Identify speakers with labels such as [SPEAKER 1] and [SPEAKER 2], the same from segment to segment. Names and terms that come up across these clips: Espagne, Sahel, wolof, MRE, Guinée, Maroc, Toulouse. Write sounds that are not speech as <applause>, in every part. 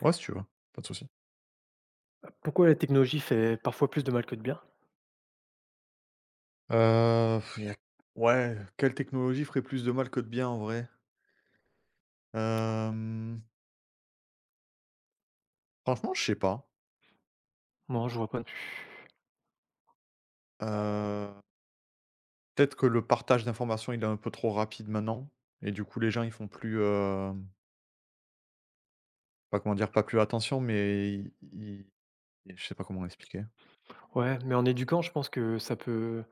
[SPEAKER 1] Ouais, si tu veux, pas de souci.
[SPEAKER 2] Pourquoi la technologie fait parfois plus de mal que de bien?
[SPEAKER 1] Il y a Ouais, quelle technologie ferait plus de mal que de bien en vrai? Hem, Franchement, je sais pas.
[SPEAKER 2] Non, je vois pas non plus.
[SPEAKER 1] Heu, Peut-être que le partage d'informations, il est un peu trop rapide maintenant et du coup, les gens, ils font plus, pas comment dire? Pas plus attention, mais i i je sais pas comment expliquer.
[SPEAKER 2] Ouais, mais en éduquant, je pense que ça peut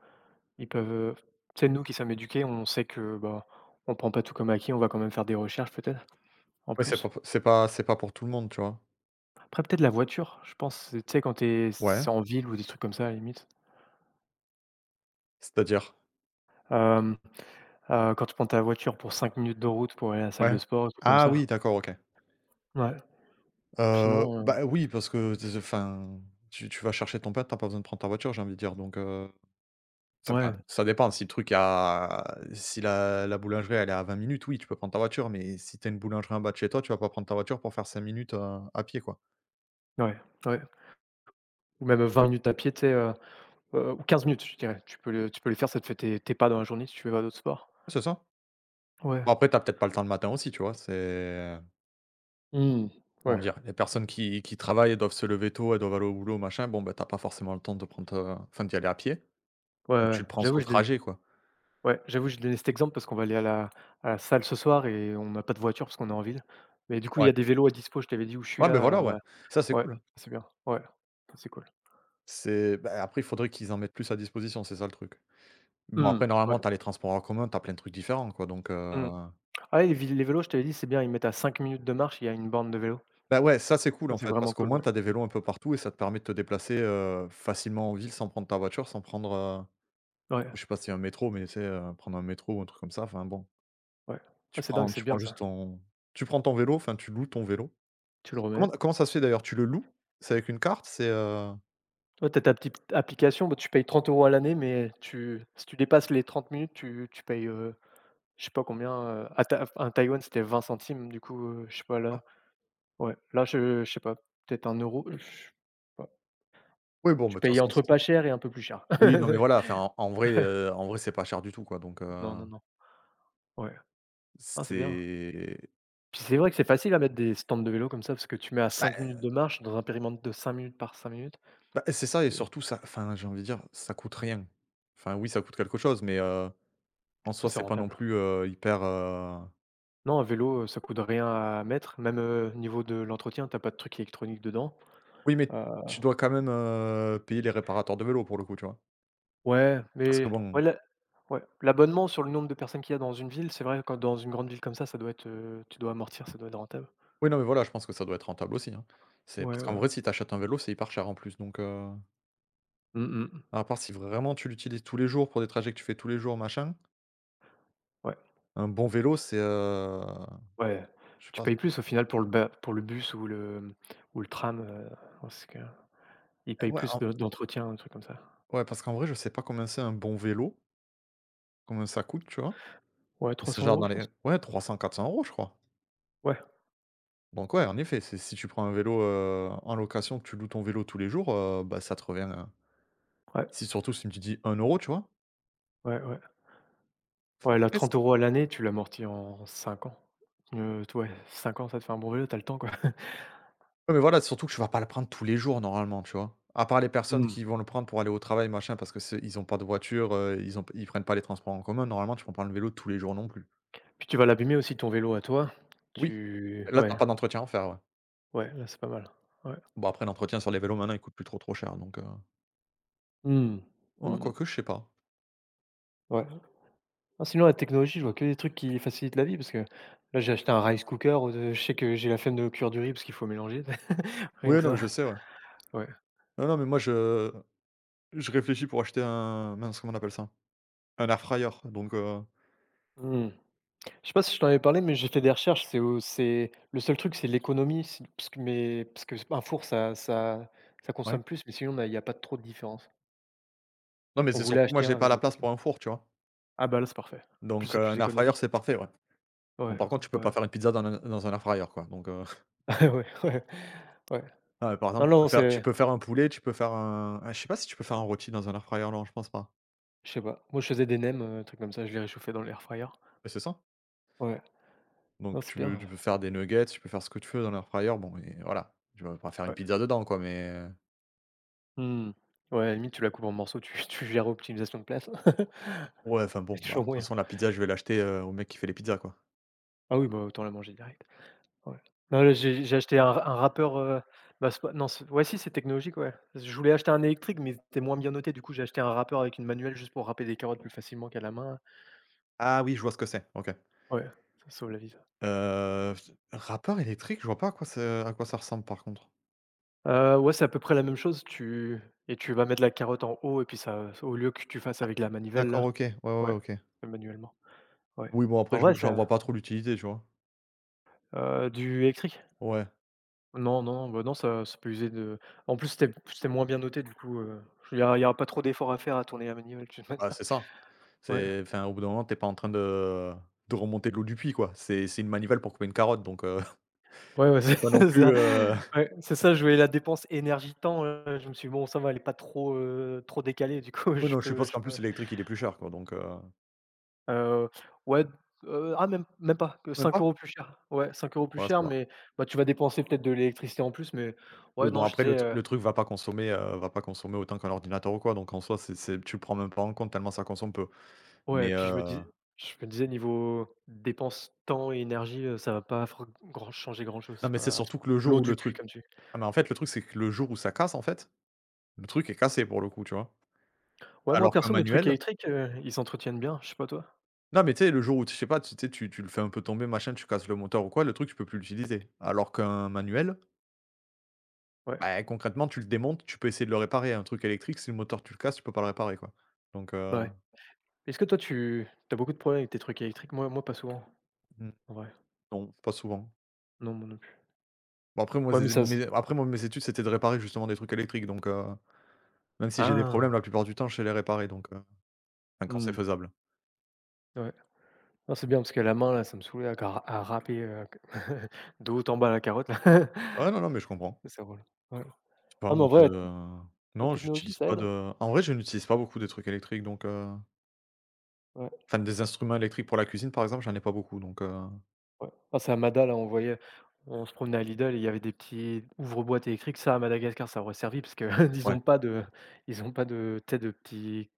[SPEAKER 2] ils peuvent, heu tu nous qui sommes éduqués, on sait que, bah, on prend pas tout comme acquis, on va quand même faire des recherches peut-être, en
[SPEAKER 1] Ouais, c'est
[SPEAKER 2] plus.
[SPEAKER 1] pas c'est pas c'est pas pour tout le monde, tu vois?
[SPEAKER 2] Après peut-être la voiture, je pense, tu sais, quand t'es
[SPEAKER 1] Ouais,
[SPEAKER 2] c'est en ville ou des trucs comme ça à la limite.
[SPEAKER 1] c'est-à-dire?
[SPEAKER 2] Hem, quand tu prends ta voiture pour 5 minutes de route pour aller à la salle
[SPEAKER 1] Ouais.
[SPEAKER 2] de sport, des trucs comme
[SPEAKER 1] Ah oui,
[SPEAKER 2] ça.
[SPEAKER 1] d'accord, OK.
[SPEAKER 2] Ouais, sinon,
[SPEAKER 1] Bah, oui, parce que tu vas chercher ton pote, t'as pas besoin de prendre ta voiture, j'ai envie de dire, donc ça,
[SPEAKER 2] ouais,
[SPEAKER 1] enfin, ça dépend si le truc a, si la boulangerie elle est à 20 minutes, oui, tu peux prendre ta voiture, mais si tu une boulangerie en bas de chez toi, tu vas pas prendre ta voiture pour faire 5 minutes, à pied, quoi.
[SPEAKER 2] ouais, ouais, ou même 20 minutes à pied, tu sais, ou 15 minutes, je dirais. Tu peux les faire, ça te fait tes pas dans la journée si tu veux pas d'autres sports.
[SPEAKER 1] C'est ça.
[SPEAKER 2] Ouais.
[SPEAKER 1] Bon, après, t'as peut-être pas le temps le matin aussi, tu vois? C'est
[SPEAKER 2] Mmh.
[SPEAKER 1] comment
[SPEAKER 2] Ouais,
[SPEAKER 1] dire? Les personnes qui travaillent, elles doivent se lever tôt, elles doivent aller au boulot, machin, bon, bah, t'as pas forcément le temps de prendre, enfin d'y aller à pied,
[SPEAKER 2] ouais, ouais,
[SPEAKER 1] donc tu
[SPEAKER 2] ouais.
[SPEAKER 1] le prends sur
[SPEAKER 2] J'avoue,
[SPEAKER 1] le
[SPEAKER 2] je donne
[SPEAKER 1] trajet, quoi.
[SPEAKER 2] Ouais, j'avoue, j'ai donné cet exemple parce qu'on va aller à la salle ce soir et on n'a pas de voiture parce qu'on est en ville. Mais du coup, il y
[SPEAKER 1] Ouais.
[SPEAKER 2] a des vélos à dispo, je t'avais dit où je suis
[SPEAKER 1] Ouais, ben
[SPEAKER 2] là,
[SPEAKER 1] voilà,
[SPEAKER 2] alors,
[SPEAKER 1] ouais. Ça, c'est
[SPEAKER 2] ouais,
[SPEAKER 1] cool.
[SPEAKER 2] c'est bien. Ouais, ça, c'est cool.
[SPEAKER 1] Après il faudrait qu'ils en mettent plus à disposition, c'est ça le truc. Bon, après
[SPEAKER 2] Mmh. Ouais.
[SPEAKER 1] normalement, t'as les transports en commun, t'as plein de trucs différents, quoi, donc
[SPEAKER 2] Mmh. Ah ouais, les vélos, je t'avais dit, c'est bien, ils mettent à 5 minutes de marche, il y a une borne de vélo.
[SPEAKER 1] bah, ouais, ça, c'est cool,
[SPEAKER 2] Ça,
[SPEAKER 1] en
[SPEAKER 2] c'est
[SPEAKER 1] fait, parce
[SPEAKER 2] vraiment
[SPEAKER 1] qu'au
[SPEAKER 2] cool,
[SPEAKER 1] moins
[SPEAKER 2] ouais.
[SPEAKER 1] t'as des vélos un peu partout et ça te permet de te déplacer, facilement en ville sans prendre ta voiture, sans prendre,
[SPEAKER 2] Ouais,
[SPEAKER 1] je sais pas si un métro, mais c'est prendre un métro ou un truc comme ça, enfin, bon.
[SPEAKER 2] ouais.
[SPEAKER 1] Tu
[SPEAKER 2] Ouais, c'est dingue,
[SPEAKER 1] prends
[SPEAKER 2] c'est
[SPEAKER 1] tu prends
[SPEAKER 2] bien
[SPEAKER 1] juste
[SPEAKER 2] ça.
[SPEAKER 1] ton Tu prends ton vélo, enfin, tu loues ton vélo.
[SPEAKER 2] Tu le
[SPEAKER 1] Comment
[SPEAKER 2] remets.
[SPEAKER 1] comment ça se fait d'ailleurs? Tu le loues? C'est avec une carte? C'est,
[SPEAKER 2] Toi, tu Ta petite application, bah, tu payes 30 € à l'année, mais tu si tu dépasses les 30 minutes, tu payes, heu. Je sais pas combien, à taïwan, c'était 20 centimes, du coup, je sais pas
[SPEAKER 1] d'accord.
[SPEAKER 2] là. Ouais, là, je sais pas, peut-être 1 €. Je sais pas.
[SPEAKER 1] oui, bon, mais
[SPEAKER 2] Tu
[SPEAKER 1] de toute
[SPEAKER 2] payes
[SPEAKER 1] façon c
[SPEAKER 2] entre pas cher et un peu plus cher.
[SPEAKER 1] Oui, non, mais voilà,
[SPEAKER 2] <laughs>
[SPEAKER 1] enfin, en vrai, en vrai, c'est pas cher du tout, quoi, donc,
[SPEAKER 2] Non, non, non. Ouais. Ah, c'est bien.
[SPEAKER 1] c'est
[SPEAKER 2] Puis c'est vrai que c'est facile à mettre des stands de vélo comme ça, parce que tu mets à
[SPEAKER 1] bah
[SPEAKER 2] 5 minutes de marche dans un périmètre de 5 minutes par 5 minutes.
[SPEAKER 1] bah, c'est ça et
[SPEAKER 2] C'est
[SPEAKER 1] surtout ça, enfin, j'ai envie de dire, ça coûte rien. Enfin, oui, ça coûte quelque chose, mais, en
[SPEAKER 2] Ouais,
[SPEAKER 1] soi,
[SPEAKER 2] c'est
[SPEAKER 1] c'est pas non
[SPEAKER 2] rentable.
[SPEAKER 1] plus, hyper,
[SPEAKER 2] Non, un vélo, ça coûte rien à mettre, même, niveau de l'entretien, t'as pas de trucs électroniques dedans.
[SPEAKER 1] oui, mais
[SPEAKER 2] Euh,
[SPEAKER 1] tu dois quand même, payer les réparateurs de vélos pour le coup, tu vois?
[SPEAKER 2] Ouais,
[SPEAKER 1] Parce que
[SPEAKER 2] mais
[SPEAKER 1] bon
[SPEAKER 2] ouais, l'a ouais, l'abonnement sur le nombre de personnes qu'il y a dans une ville, c'est vrai, quand dans une grande ville comme ça doit être, tu dois amortir, ça doit être rentable.
[SPEAKER 1] Oui, non, mais voilà, je pense que ça doit être rentable aussi, hein. C'est
[SPEAKER 2] Ouais,
[SPEAKER 1] parce qu'en
[SPEAKER 2] ouais.
[SPEAKER 1] vrai, si t'achètes un vélo, c'est hyper cher en plus, donc
[SPEAKER 2] Mmh mh.
[SPEAKER 1] à part si vraiment tu l'utilises tous les jours pour des trajets que tu fais tous les jours, machin,
[SPEAKER 2] Ouais,
[SPEAKER 1] un bon vélo, c'est,
[SPEAKER 2] ouais,
[SPEAKER 1] je sais
[SPEAKER 2] tu
[SPEAKER 1] pas,
[SPEAKER 2] payes
[SPEAKER 1] c'est
[SPEAKER 2] plus au final pour le ba pour le bus ou le, mmh, ou le tram, parce qu'ils
[SPEAKER 1] eh
[SPEAKER 2] payent
[SPEAKER 1] ouais,
[SPEAKER 2] plus
[SPEAKER 1] en
[SPEAKER 2] de d'entretien, un truc comme ça.
[SPEAKER 1] ouais, parce qu'en vrai, je sais pas combien c'est un bon vélo, combien ça coûte, tu vois?
[SPEAKER 2] Ouais,
[SPEAKER 1] Mais
[SPEAKER 2] trois
[SPEAKER 1] c'est
[SPEAKER 2] cents
[SPEAKER 1] genre
[SPEAKER 2] euros,
[SPEAKER 1] dans
[SPEAKER 2] je
[SPEAKER 1] les,
[SPEAKER 2] pense.
[SPEAKER 1] ouais, 300, 400 euros, je crois.
[SPEAKER 2] Ouais,
[SPEAKER 1] Donc ouais, en effet, c'est si tu prends un vélo, en location, que tu loues ton vélo tous les jours, bah, ça te revient,
[SPEAKER 2] ouais,
[SPEAKER 1] si surtout si tu dis 1 €, tu vois?
[SPEAKER 2] ouais, ouais. Ouais, là,
[SPEAKER 1] Après c
[SPEAKER 2] 30 € à l'année, tu l'amortis en 5 ans. T Ouais, 5 ans, ça te fait un bon vélo. T'as le temps, quoi. <laughs>
[SPEAKER 1] Ouais, mais voilà, surtout que tu vas pas le prendre tous les jours normalement, tu vois? À part les personnes
[SPEAKER 2] Mmh.
[SPEAKER 1] qui vont le prendre pour aller au travail, machin, parce que c'est ils ont pas de voiture, ils prennent pas les transports en commun, normalement, tu prends pas le vélo tous les jours non plus.
[SPEAKER 2] Puis tu vas l'abîmer aussi, ton vélo à toi.
[SPEAKER 1] Oui,
[SPEAKER 2] Tu
[SPEAKER 1] là, t'as
[SPEAKER 2] Ouais.
[SPEAKER 1] pas d'entretien à faire, ouais.
[SPEAKER 2] Ouais, là, c'est pas mal. Ouais.
[SPEAKER 1] Bon, après l'entretien sur les vélos, maintenant, il coûte plus trop, trop cher, donc
[SPEAKER 2] Mmh. Mmh
[SPEAKER 1] oh,
[SPEAKER 2] mh.
[SPEAKER 1] quoique, je sais pas.
[SPEAKER 2] Ouais. Ah, sinon, la technologie, je vois que des trucs qui facilitent la vie parce que là, j'ai acheté un rice cooker, je sais que j'ai la flemme de cuire du riz parce qu'il faut mélanger. <laughs> Rien
[SPEAKER 1] Oui,
[SPEAKER 2] que
[SPEAKER 1] non, mais je
[SPEAKER 2] ça.
[SPEAKER 1] sais, ouais.
[SPEAKER 2] Ouais.
[SPEAKER 1] Non, non, mais moi, je réfléchis pour acheter un, mince, comment on appelle ça? Un air fryer, donc
[SPEAKER 2] Mmh. Je sais pas si je t'en avais parlé, mais j'ai fait des recherches, c'est au c'est le seul truc, c'est l'économie, si parce que mais parce que un four, ça
[SPEAKER 1] ouais.
[SPEAKER 2] consomme plus, mais sinon, on a il y a pas trop de différence.
[SPEAKER 1] Non, mais
[SPEAKER 2] On
[SPEAKER 1] c'est
[SPEAKER 2] voulait
[SPEAKER 1] surtout que moi,
[SPEAKER 2] acheter un
[SPEAKER 1] j'ai pas
[SPEAKER 2] avec
[SPEAKER 1] la
[SPEAKER 2] mes
[SPEAKER 1] place
[SPEAKER 2] copines.
[SPEAKER 1] pour un four, tu vois?
[SPEAKER 2] Ah bah, là, c'est parfait. En plus,
[SPEAKER 1] Donc
[SPEAKER 2] c'est plus
[SPEAKER 1] un air fryer,
[SPEAKER 2] économique.
[SPEAKER 1] c'est parfait, ouais. Bon,
[SPEAKER 2] Ouais,
[SPEAKER 1] par contre, tu peux pas
[SPEAKER 2] ouais.
[SPEAKER 1] faire une pizza dans un air fryer, quoi, donc <laughs>
[SPEAKER 2] Ouais, <laughs> ouais, ouais.
[SPEAKER 1] ah, par
[SPEAKER 2] Non,
[SPEAKER 1] exemple,
[SPEAKER 2] non,
[SPEAKER 1] tu
[SPEAKER 2] c'est
[SPEAKER 1] peux faire un poulet, tu peux faire un, ah, je sais pas si tu peux faire un rôti dans un air fryer, non, je pense pas.
[SPEAKER 2] Je sais pas. Moi, je faisais des nems, trucs comme ça, je les réchauffais dans l'airfryer.
[SPEAKER 1] Bah, c'est ça.
[SPEAKER 2] Ouais, non,
[SPEAKER 1] Donc
[SPEAKER 2] c'est bien,
[SPEAKER 1] tu
[SPEAKER 2] ouais.
[SPEAKER 1] peux faire des nuggets, tu peux faire ce que tu veux dans l'air fryer, bon, et voilà. Tu vas pas faire une
[SPEAKER 2] Ouais.
[SPEAKER 1] pizza dedans, quoi, mais
[SPEAKER 2] Mmh. Ouais, à la limite, tu la coupes en morceaux, tu <laughs> tu gères optimisation de place. <laughs>
[SPEAKER 1] ouais, enfin,
[SPEAKER 2] Il
[SPEAKER 1] bon,
[SPEAKER 2] y a
[SPEAKER 1] bah,
[SPEAKER 2] toujours
[SPEAKER 1] de toute
[SPEAKER 2] moyen.
[SPEAKER 1] façon, la pizza, je vais l'acheter, au mec qui fait les pizzas, quoi.
[SPEAKER 2] Ah oui, bah, autant la manger direct. Ouais. Non, là, j'ai acheté un râpeur, bah, c'est pas non, c'est ouais, si, c'est technologique, ouais. Je voulais acheter un électrique, mais c'était moins bien noté, du coup, j'ai acheté un rappeur avec une manuelle juste pour râper des carottes plus facilement qu'à la main.
[SPEAKER 1] Ah oui, je vois ce que c'est, OK.
[SPEAKER 2] Ouais, ça sauve la vie.
[SPEAKER 1] Heu, Râpeur électrique, je vois pas à quoi ça ressemble, par contre.
[SPEAKER 2] Ouais, c'est à peu près la même chose. Tu Et tu vas mettre la carotte en haut et puis ça au lieu que tu fasses avec la manivelle
[SPEAKER 1] D'accord,
[SPEAKER 2] là.
[SPEAKER 1] OK. Ouais, ouais, ouais,
[SPEAKER 2] Ouais,
[SPEAKER 1] OK.
[SPEAKER 2] manuellement, ouais.
[SPEAKER 1] Oui, bon, après
[SPEAKER 2] En
[SPEAKER 1] je
[SPEAKER 2] vrai
[SPEAKER 1] j'en
[SPEAKER 2] ça
[SPEAKER 1] vois pas trop l'utilité, tu vois?
[SPEAKER 2] Heu, du électrique?
[SPEAKER 1] Ouais,
[SPEAKER 2] Non, non, bah, non, ça peut user de. En plus c'était moins bien noté du coup, il y aura pas trop d'efforts à faire à tourner la manivelle de toute
[SPEAKER 1] bah,
[SPEAKER 2] manière.
[SPEAKER 1] c'est ça.
[SPEAKER 2] Ouais,
[SPEAKER 1] C'est, enfin, au bout d'un moment, t'es pas en train de remonter de l'eau du puits, quoi. C'est une manivelle pour couper une carotte, donc
[SPEAKER 2] ouais, ouais, <laughs>
[SPEAKER 1] <laughs> c'est pas non
[SPEAKER 2] c'est
[SPEAKER 1] plus,
[SPEAKER 2] ça. Ouais, c'est ça, je voyais la dépense énergie temps, je me suis dit: «Bon, ça va, elle est pas trop, trop décalée du coup, <laughs>
[SPEAKER 1] oui, non, je suppose
[SPEAKER 2] je
[SPEAKER 1] qu'en plus
[SPEAKER 2] peux.»
[SPEAKER 1] l'électrique il est plus cher, quoi, donc
[SPEAKER 2] Heu, ouais, ah même pas, que
[SPEAKER 1] même pas?
[SPEAKER 2] 5 € plus cher. Ouais, 5 € plus
[SPEAKER 1] Ouais, ça
[SPEAKER 2] cher,
[SPEAKER 1] va.
[SPEAKER 2] mais bah, tu vas dépenser peut-être de l'électricité en plus, mais
[SPEAKER 1] Oui,
[SPEAKER 2] ouais,
[SPEAKER 1] bon,
[SPEAKER 2] non, je
[SPEAKER 1] après le
[SPEAKER 2] disais,
[SPEAKER 1] tru
[SPEAKER 2] heu.
[SPEAKER 1] le truc va pas consommer autant qu'un ordinateur ou quoi, donc en soi c'est tu le prends même pas en compte tellement ça consomme peu.
[SPEAKER 2] Ouais,
[SPEAKER 1] Mais
[SPEAKER 2] puis je me dis je me disais niveau dépenses temps et énergie, ça va pas fr grand changer grand-chose,
[SPEAKER 1] non,
[SPEAKER 2] c'est
[SPEAKER 1] mais c'est
[SPEAKER 2] pas
[SPEAKER 1] surtout que le jour
[SPEAKER 2] l'eau
[SPEAKER 1] où le
[SPEAKER 2] du puits
[SPEAKER 1] truc
[SPEAKER 2] comme tu dis.
[SPEAKER 1] ah, mais en fait, le truc c'est que le jour où ça casse, en fait, le truc est cassé pour le coup, tu vois?
[SPEAKER 2] Ouais, moi
[SPEAKER 1] Alors qu'un
[SPEAKER 2] perso mes trucs
[SPEAKER 1] manuel,
[SPEAKER 2] électriques, ils s'entretiennent bien, je sais pas toi?
[SPEAKER 1] non, mais tu sais, le jour où, tu je sais pas, tu tu sais, tu tu le fais un peu tomber, machin, tu casses le moteur ou quoi, le truc, tu peux plus l'utiliser. Alors qu'un manuel,
[SPEAKER 2] Ouais,
[SPEAKER 1] bah, concrètement, tu le démontes, tu peux essayer de le réparer. Un truc électrique, si le moteur, tu le casses, tu peux pas le réparer, quoi. Donc,
[SPEAKER 2] bah, ouais. Est-ce que toi tu as beaucoup de problèmes avec tes trucs électriques? Moi pas souvent,
[SPEAKER 1] mmh,
[SPEAKER 2] en vrai.
[SPEAKER 1] non, pas souvent.
[SPEAKER 2] Non, moi non plus.
[SPEAKER 1] Bon, après,
[SPEAKER 2] Ouais, mais ça se
[SPEAKER 1] moi, mes études, c'était de réparer justement des trucs électriques, donc, même si j'ai des problèmes,
[SPEAKER 2] Ah!
[SPEAKER 1] la plupart du temps, je sais les réparer, donc, enfin, quand c'est
[SPEAKER 2] Mmh,
[SPEAKER 1] faisable.
[SPEAKER 2] ouais. Non, c'est bien parce que la main là, ça me saoulait à gra à râper, <laughs> de haut en bas la carotte là.
[SPEAKER 1] Ouais, non,
[SPEAKER 2] <laughs>
[SPEAKER 1] non, mais je comprends.
[SPEAKER 2] C'est drôle. Ouais.
[SPEAKER 1] Je sais pas,
[SPEAKER 2] Non mais
[SPEAKER 1] moi,
[SPEAKER 2] en
[SPEAKER 1] je
[SPEAKER 2] vrai, la
[SPEAKER 1] non,
[SPEAKER 2] technologie
[SPEAKER 1] j'utilise
[SPEAKER 2] ça
[SPEAKER 1] pas
[SPEAKER 2] aide, hein.
[SPEAKER 1] de en vrai, je n'utilise pas beaucoup des trucs électriques, donc,
[SPEAKER 2] Ouais,
[SPEAKER 1] enfin, des instruments électriques pour la cuisine, par exemple, j'en ai pas beaucoup, donc,
[SPEAKER 2] ouais. Ah c'est à Mada là, on se promenait à Lidl et il y avait des petits ouvre-boîtes électriques. Ça à Madagascar, ça aurait servi parce que <laughs> ils
[SPEAKER 1] ouais.
[SPEAKER 2] ont pas de ils ont pas de tu sais de petits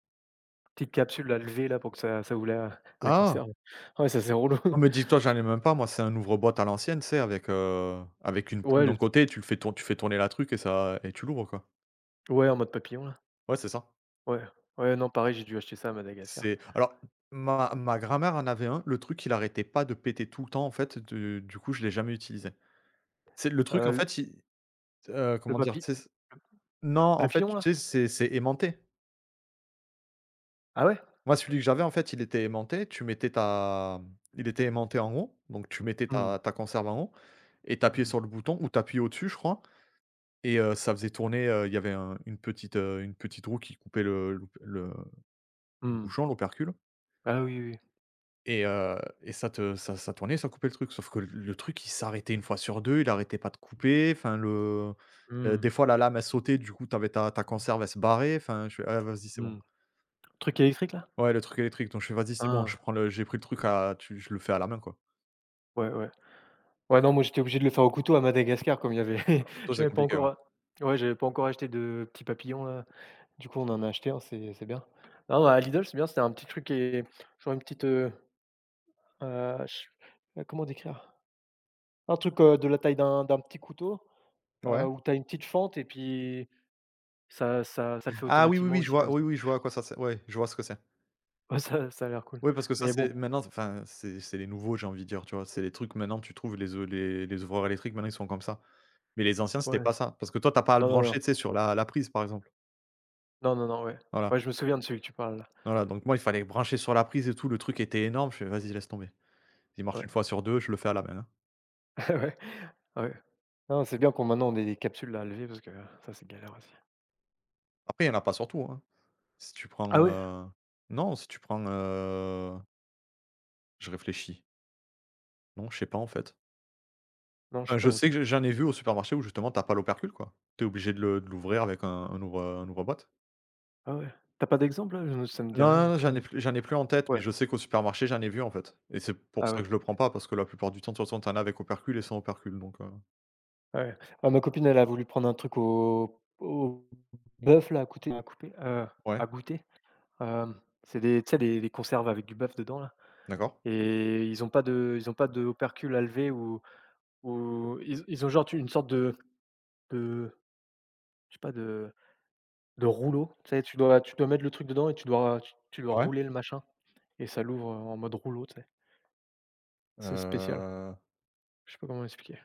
[SPEAKER 2] petites capsules à lever là pour que ça ouvre la
[SPEAKER 1] Ah!
[SPEAKER 2] conserve. Ouais, ça c'est relou.
[SPEAKER 1] Ah, mais
[SPEAKER 2] <laughs>
[SPEAKER 1] dis-toi, j'en ai même pas, moi, c'est un ouvre-boîte à l'ancienne, tu sais avec, avec une pointe
[SPEAKER 2] Ouais,
[SPEAKER 1] d'un
[SPEAKER 2] le
[SPEAKER 1] côté, tu fais tourner la truc et ça et tu l'ouvres, quoi.
[SPEAKER 2] ouais, en mode papillon là.
[SPEAKER 1] Ouais, c'est ça.
[SPEAKER 2] Ouais. Ouais, non pareil, j'ai dû acheter ça à Madagascar.
[SPEAKER 1] C'est alors Ma grand-mère en avait un, le truc il arrêtait pas de péter tout le temps en fait, de du coup je l'ai jamais utilisé. C'est le truc en
[SPEAKER 2] Heu, le
[SPEAKER 1] fait il
[SPEAKER 2] le
[SPEAKER 1] Comment dire?
[SPEAKER 2] papi
[SPEAKER 1] Tu sais c Non, en fait,
[SPEAKER 2] Papillon
[SPEAKER 1] tu
[SPEAKER 2] là?
[SPEAKER 1] sais, c'est aimanté.
[SPEAKER 2] Ah ouais?
[SPEAKER 1] Moi, celui que j'avais en fait, il était aimanté, tu mettais ta il était aimanté en haut, donc tu mettais
[SPEAKER 2] Mmh.
[SPEAKER 1] ta conserve en haut et tu appuyais
[SPEAKER 2] Mmh.
[SPEAKER 1] sur le bouton ou tu appuyais au-dessus, je crois. Et ça faisait tourner, il y avait un, une petite roue qui coupait le
[SPEAKER 2] Mmh.
[SPEAKER 1] bouchon, l'opercule
[SPEAKER 2] Ah oui, oui.
[SPEAKER 1] et ça te ça tournait, ça coupait le truc. Sauf que le truc, il s'arrêtait une fois sur deux, il arrêtait pas de couper. Enfin, le des
[SPEAKER 2] Mmh.
[SPEAKER 1] fois, la lame, elle sautait, du coup, t'avais ta conserve, elle se barrait. Enfin, je fais: «Ah, vas-y, c'est bon.»
[SPEAKER 2] Mmh. Truc électrique là?
[SPEAKER 1] Ouais, le truc électrique. Donc je fais: «Vas-y, c'est bon, je
[SPEAKER 2] Ah,
[SPEAKER 1] prends le j'ai pris le truc à, tu je le fais à la main, quoi.»
[SPEAKER 2] ouais, ouais. Ouais, non, moi, j'étais obligé de le faire au couteau à Madagascar comme il y avait <laughs>
[SPEAKER 1] Toi, c'est
[SPEAKER 2] j'avais pas
[SPEAKER 1] compliqué, ouais.
[SPEAKER 2] encore a ouais, j'avais pas encore acheté de petits papillons là. Du coup, on en a acheté un, c'est bien. Non, à Lidl, c'est bien, c'était un petit truc et genre une petite, ch comment décrire? Un truc, de la taille d'un petit couteau,
[SPEAKER 1] Ouais.
[SPEAKER 2] où tu as une petite fente et puis ça le fait
[SPEAKER 1] Ah oui, oui,
[SPEAKER 2] automatiquement
[SPEAKER 1] oui, je
[SPEAKER 2] aussi
[SPEAKER 1] vois
[SPEAKER 2] comme ça.
[SPEAKER 1] oui, oui, je vois à quoi ça sert. Ouais, je vois ce que c'est.
[SPEAKER 2] Ouais, ça ça a l'air cool.
[SPEAKER 1] Oui, parce que ça,
[SPEAKER 2] Mais bon,
[SPEAKER 1] c'est maintenant, enfin, c'est les nouveaux, j'ai envie de dire, tu vois? C'est les trucs maintenant, tu trouves les o les les ouvreurs électriques, maintenant, ils sont comme ça. Mais les anciens, c'était
[SPEAKER 2] ouais,
[SPEAKER 1] pas
[SPEAKER 2] c'est
[SPEAKER 1] ça, parce que toi, t'as pas à le
[SPEAKER 2] non, non, non.
[SPEAKER 1] brancher, tu sais, sur la prise, par exemple.
[SPEAKER 2] Non, non, non, ouais.
[SPEAKER 1] Voilà,
[SPEAKER 2] Ouais, je me souviens de celui que tu parles là.
[SPEAKER 1] voilà, donc moi, il fallait brancher sur la prise et tout, le truc était énorme, je fais: «Vas-y, laisse tomber. Il marche
[SPEAKER 2] Ouais,
[SPEAKER 1] une fois sur deux, je le fais à la main, hein.»
[SPEAKER 2] <laughs> ouais, ouais. Non, c'est bien qu'on maintenant on ait des capsules là, à lever parce que ça, c'est galère aussi.
[SPEAKER 1] Après, il y en a pas sur tout, hein. Si tu prends,
[SPEAKER 2] Ah ouais?
[SPEAKER 1] non, si tu prends, je réfléchis. Non, je sais pas, en fait.
[SPEAKER 2] Non, je
[SPEAKER 1] Enfin,
[SPEAKER 2] sais
[SPEAKER 1] je
[SPEAKER 2] pas non
[SPEAKER 1] sais
[SPEAKER 2] plus.
[SPEAKER 1] que j'en ai vu au supermarché où justement, t'as pas l'opercule, quoi. T'es obligé de l'ouvrir avec un ouvre un ouvre-boîte.
[SPEAKER 2] Ah ouais. T'as pas d'exemple là? Je ça me dit
[SPEAKER 1] Non,
[SPEAKER 2] rien
[SPEAKER 1] non,
[SPEAKER 2] du
[SPEAKER 1] non,
[SPEAKER 2] coup,
[SPEAKER 1] j'en ai
[SPEAKER 2] mais
[SPEAKER 1] plus j'en ai plus en tête, mais
[SPEAKER 2] ouais.
[SPEAKER 1] je sais qu'au supermarché, j'en ai vu, en fait, et c'est pour
[SPEAKER 2] Ah
[SPEAKER 1] ça que
[SPEAKER 2] ouais,
[SPEAKER 1] je le prends pas, parce que la plupart du temps, de toute façon, tu en as avec opercule et sans opercule, donc
[SPEAKER 2] ah ouais. Ah, ma copine, elle a voulu prendre un truc au bœuf là, à côté à couper,
[SPEAKER 1] ouais,
[SPEAKER 2] à goûter. Hem, c'est des tu sais des conserves avec du bœuf dedans là
[SPEAKER 1] d'accord.
[SPEAKER 2] et ils ont pas de opercules à lever ou ils ont genre une sorte de je sais pas de. De rouleau, tu sais, tu dois mettre le truc dedans et tu dois
[SPEAKER 1] Ouais,
[SPEAKER 2] rouler le machin et ça l'ouvre, en mode rouleau, tu sais? C'est spécial,
[SPEAKER 1] heu,
[SPEAKER 2] je sais pas comment expliquer.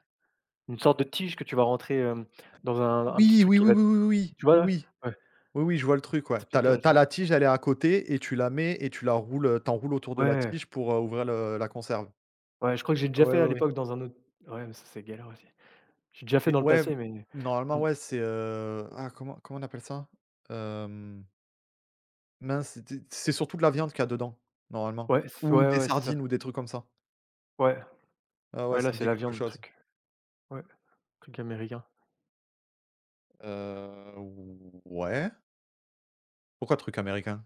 [SPEAKER 2] Une sorte de tige que tu vas rentrer, hem, dans un petit
[SPEAKER 1] oui,
[SPEAKER 2] truc
[SPEAKER 1] oui,
[SPEAKER 2] qui
[SPEAKER 1] oui, oui,
[SPEAKER 2] va
[SPEAKER 1] oui, oui,
[SPEAKER 2] tu
[SPEAKER 1] oui,
[SPEAKER 2] vois? Ouais,
[SPEAKER 1] oui,
[SPEAKER 2] ouais,
[SPEAKER 1] oui, oui, je vois le truc, ouais. T'as as le
[SPEAKER 2] spécial
[SPEAKER 1] tu
[SPEAKER 2] ça.
[SPEAKER 1] la tige, elle est à côté et tu la mets et tu la roules, t'enroules autour de la
[SPEAKER 2] Ouais,
[SPEAKER 1] tige pour, ouvrir le la conserve.
[SPEAKER 2] ouais, je crois que j'ai déjà
[SPEAKER 1] Ouais,
[SPEAKER 2] fait
[SPEAKER 1] ouais,
[SPEAKER 2] à
[SPEAKER 1] ouais,
[SPEAKER 2] l'époque dans un autre. Ouais, mais ça, c'est galère aussi. J'ai déjà fait
[SPEAKER 1] mais
[SPEAKER 2] dans le
[SPEAKER 1] ouais,
[SPEAKER 2] passé, mais
[SPEAKER 1] normalement,
[SPEAKER 2] mmh,
[SPEAKER 1] ouais, c'est, ah, comment on appelle ça? Hem, Mince, c'est surtout de la viande qu'il y a dedans, normalement,
[SPEAKER 2] ouais, c
[SPEAKER 1] ou
[SPEAKER 2] ouais,
[SPEAKER 1] des
[SPEAKER 2] ouais, c'est ça.
[SPEAKER 1] sardines ou des trucs comme ça.
[SPEAKER 2] Ouais,
[SPEAKER 1] Ah ouais,
[SPEAKER 2] ouais, là,
[SPEAKER 1] ça me
[SPEAKER 2] c'est
[SPEAKER 1] dit
[SPEAKER 2] la
[SPEAKER 1] quelque
[SPEAKER 2] viande, le
[SPEAKER 1] chose.
[SPEAKER 2] truc. Ouais, truc américain.
[SPEAKER 1] Heu, ouais. Pourquoi truc américain?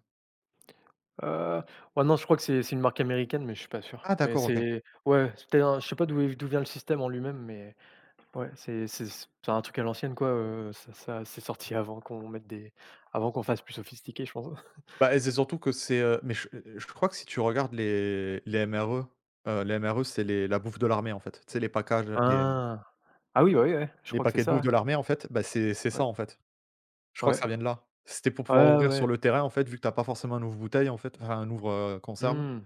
[SPEAKER 2] Heu, ouais, non, je crois que c'est une marque américaine, mais je suis pas sûr.
[SPEAKER 1] Ah
[SPEAKER 2] Mais
[SPEAKER 1] d'accord, OK.
[SPEAKER 2] c'est ouais, c'est peut-être un je sais pas d'où vient le système en lui-même, mais ouais, c'est un truc à l'ancienne, quoi, ça ça c'est sorti avant qu'on mette des avant qu'on fasse plus sophistiqué, je pense. <laughs>
[SPEAKER 1] Bah, et c'est surtout que c'est, mais je crois que si tu regardes les MRE, les MRE, c'est les la bouffe de l'armée, en fait. Tu sais, les packages,
[SPEAKER 2] Ah! Ah oui, bah, oui, ouais, je
[SPEAKER 1] les
[SPEAKER 2] crois que c'est
[SPEAKER 1] paquets de
[SPEAKER 2] ça,
[SPEAKER 1] bouffe
[SPEAKER 2] ouais.
[SPEAKER 1] de l'armée, en fait, bah, c'est ça,
[SPEAKER 2] Ouais,
[SPEAKER 1] en fait. Je crois que
[SPEAKER 2] ouais.
[SPEAKER 1] ça vient de là. C'était pour pouvoir
[SPEAKER 2] Ouais,
[SPEAKER 1] ouvrir
[SPEAKER 2] ouais,
[SPEAKER 1] sur le terrain, en fait, vu que t'as pas forcément un ouvre-bouteille, en fait, enfin un ouvre, conserve.
[SPEAKER 2] mmh,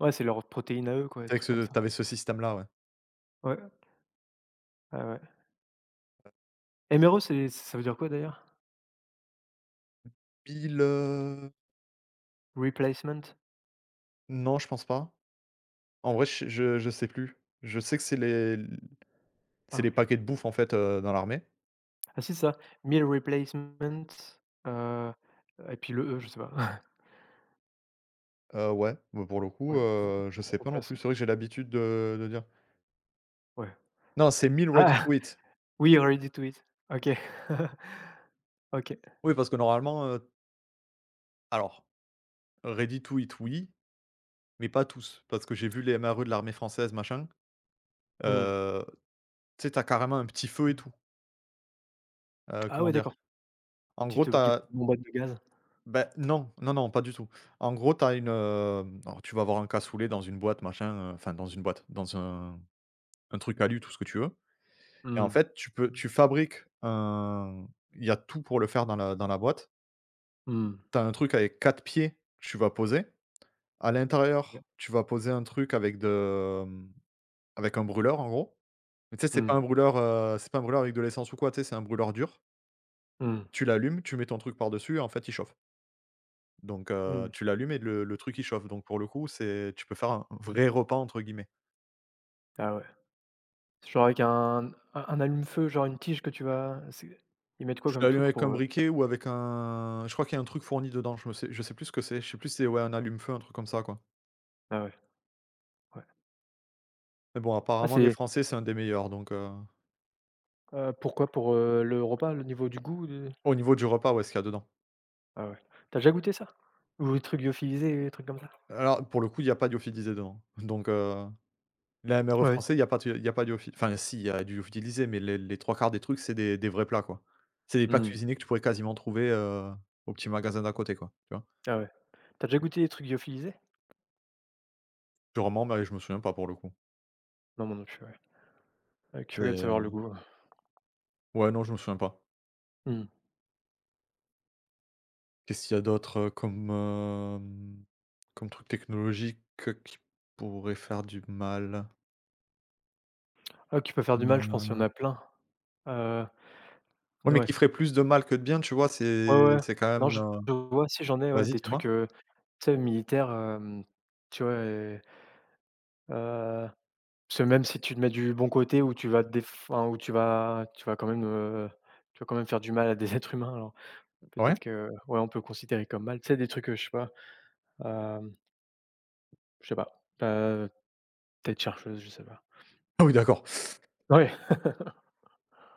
[SPEAKER 2] ouais, c'est leur protéine à eux, quoi, des
[SPEAKER 1] C'est vrai que
[SPEAKER 2] trucs comme
[SPEAKER 1] ce
[SPEAKER 2] ça.
[SPEAKER 1] t'avais ce système-là, ouais.
[SPEAKER 2] Ouais, ouais, ouais. MRE, c'est ça veut dire quoi d'ailleurs?
[SPEAKER 1] Pile,
[SPEAKER 2] Replacement?
[SPEAKER 1] non, je pense pas. En vrai, je sais plus. Je sais que c'est les c'est
[SPEAKER 2] Ah
[SPEAKER 1] les
[SPEAKER 2] OK.
[SPEAKER 1] paquets de bouffe en fait, dans l'armée.
[SPEAKER 2] Ah si, c'est ça, meal replacement, heu, et puis le E, je sais pas. <laughs>
[SPEAKER 1] Ouais, bah, pour le coup,
[SPEAKER 2] Ouais, re
[SPEAKER 1] je sais pas non
[SPEAKER 2] replace
[SPEAKER 1] plus. C'est vrai que j'ai l'habitude de dire
[SPEAKER 2] Ouais.
[SPEAKER 1] non, c'est meal ready
[SPEAKER 2] Ah!
[SPEAKER 1] to eat.
[SPEAKER 2] <laughs> Oui, Ready to Eat. OK. <laughs> OK.
[SPEAKER 1] Oui, parce que normalement, alors ready to eat, oui, mais pas tous. Parce que j'ai vu les MRE de l'armée française, machin,
[SPEAKER 2] Mmh.
[SPEAKER 1] heu, tu sais, tu as carrément un petit feu et tout.
[SPEAKER 2] Ah
[SPEAKER 1] Comment
[SPEAKER 2] ouais,
[SPEAKER 1] dire?
[SPEAKER 2] d'accord. Une
[SPEAKER 1] En gros,
[SPEAKER 2] petite, gue
[SPEAKER 1] t'as.
[SPEAKER 2] bombade de gaz.
[SPEAKER 1] Ben non, non, non, pas du tout. En gros, t'as une, hem alors tu vas avoir un cassoulet dans une boîte, machin, enfin dans une boîte, dans un truc alu, tout ce que tu veux. Et en
[SPEAKER 2] Mmh.
[SPEAKER 1] fait, tu fabriques un il y a tout pour le faire dans la boîte.
[SPEAKER 2] Mmh.
[SPEAKER 1] Tu as un truc avec 4 pieds, que tu vas poser. À
[SPEAKER 2] Ouais.
[SPEAKER 1] l'intérieur, tu vas poser un truc avec de, avec un brûleur, en gros. Mais tu sais, c'est pas
[SPEAKER 2] Mmh.
[SPEAKER 1] un brûleur, c'est pas un brûleur avec de l'essence ou quoi, tu sais, c'est un brûleur dur.
[SPEAKER 2] Mmh.
[SPEAKER 1] Tu l'allumes, tu mets ton truc par-dessus et en fait, il chauffe. Donc
[SPEAKER 2] Mmh.
[SPEAKER 1] tu l'allumes et le truc, il chauffe. Donc pour le coup, c'est tu peux faire un «vrai repas» entre guillemets.
[SPEAKER 2] Ah ouais. C'est genre avec un un allume-feu, genre une tige que tu vas c'est ils mettent quoi
[SPEAKER 1] Tu
[SPEAKER 2] comme
[SPEAKER 1] l'allumes
[SPEAKER 2] truc
[SPEAKER 1] avec un
[SPEAKER 2] pour, heu?
[SPEAKER 1] briquet ou avec un je crois qu'il y a un truc fourni dedans, je me sais je sais plus ce que c'est. Je sais plus si c'est, ouais, un allume-feu, un truc comme ça, quoi.
[SPEAKER 2] Ah ouais, ouais.
[SPEAKER 1] Mais bon,
[SPEAKER 2] Ah
[SPEAKER 1] apparemment, les
[SPEAKER 2] c'est,
[SPEAKER 1] français, c'est un des meilleurs, donc
[SPEAKER 2] pourquoi? Pour, le repas, le niveau du goût de
[SPEAKER 1] au niveau du repas, ouais, ce qu'il y a dedans.
[SPEAKER 2] ah ouais. Tu as déjà goûté ça? Ou les trucs lyophilisés, les trucs comme ça?
[SPEAKER 1] Alors, pour le coup, il y a pas lyophilisé dedans, <laughs> donc les MRE
[SPEAKER 2] Ouais.
[SPEAKER 1] français, il y a pas de lyophi enfin, si, il y a du lyophilisé, mais les 3 quarts des trucs, c'est des vrais plats, quoi. C'est des plats
[SPEAKER 2] Mmh.
[SPEAKER 1] cuisinés que tu pourrais quasiment trouver, au petit magasin d'à côté, quoi, tu vois?
[SPEAKER 2] Ah ouais. Tu as déjà goûté les trucs lyophilisés?
[SPEAKER 1] Purement, mais je me souviens pas, pour le coup.
[SPEAKER 2] Non, moi non plus, ouais. Curieux de savoir le
[SPEAKER 1] C'est
[SPEAKER 2] goût,
[SPEAKER 1] ouais, non, je me souviens pas.
[SPEAKER 2] mmh.
[SPEAKER 1] Qu'est-ce qu'il y a d'autre, comme, comme truc technologique, qui pourrait faire du mal?
[SPEAKER 2] Ah, qui peut faire du mal, je pense, il y
[SPEAKER 1] Euh,
[SPEAKER 2] en a plein. Heu,
[SPEAKER 1] Ouais, mais
[SPEAKER 2] ouais.
[SPEAKER 1] qui ferait plus de mal que de bien, tu vois?
[SPEAKER 2] Ouais, ouais.
[SPEAKER 1] C'est quand
[SPEAKER 2] Non,
[SPEAKER 1] même,
[SPEAKER 2] je vois, si j'en ai, ouais,
[SPEAKER 1] vas-y,
[SPEAKER 2] des trucs,
[SPEAKER 1] dis-moi?
[SPEAKER 2] tu sais, militaires, hem, tu vois, heu, heu, parce que même si tu te mets du bon côté où tu vas te déf enfin, où tu vas quand même, tu vas quand même faire du mal à des <laughs> êtres humains, alors
[SPEAKER 1] Ouais?
[SPEAKER 2] peut-être que, ouais, on peut le considérer comme mal. Tu sais, des trucs, je sais pas, hem, je sais pas, peut-être chercheuse, je sais pas.
[SPEAKER 1] Ah oui, d'accord.
[SPEAKER 2] Ouais.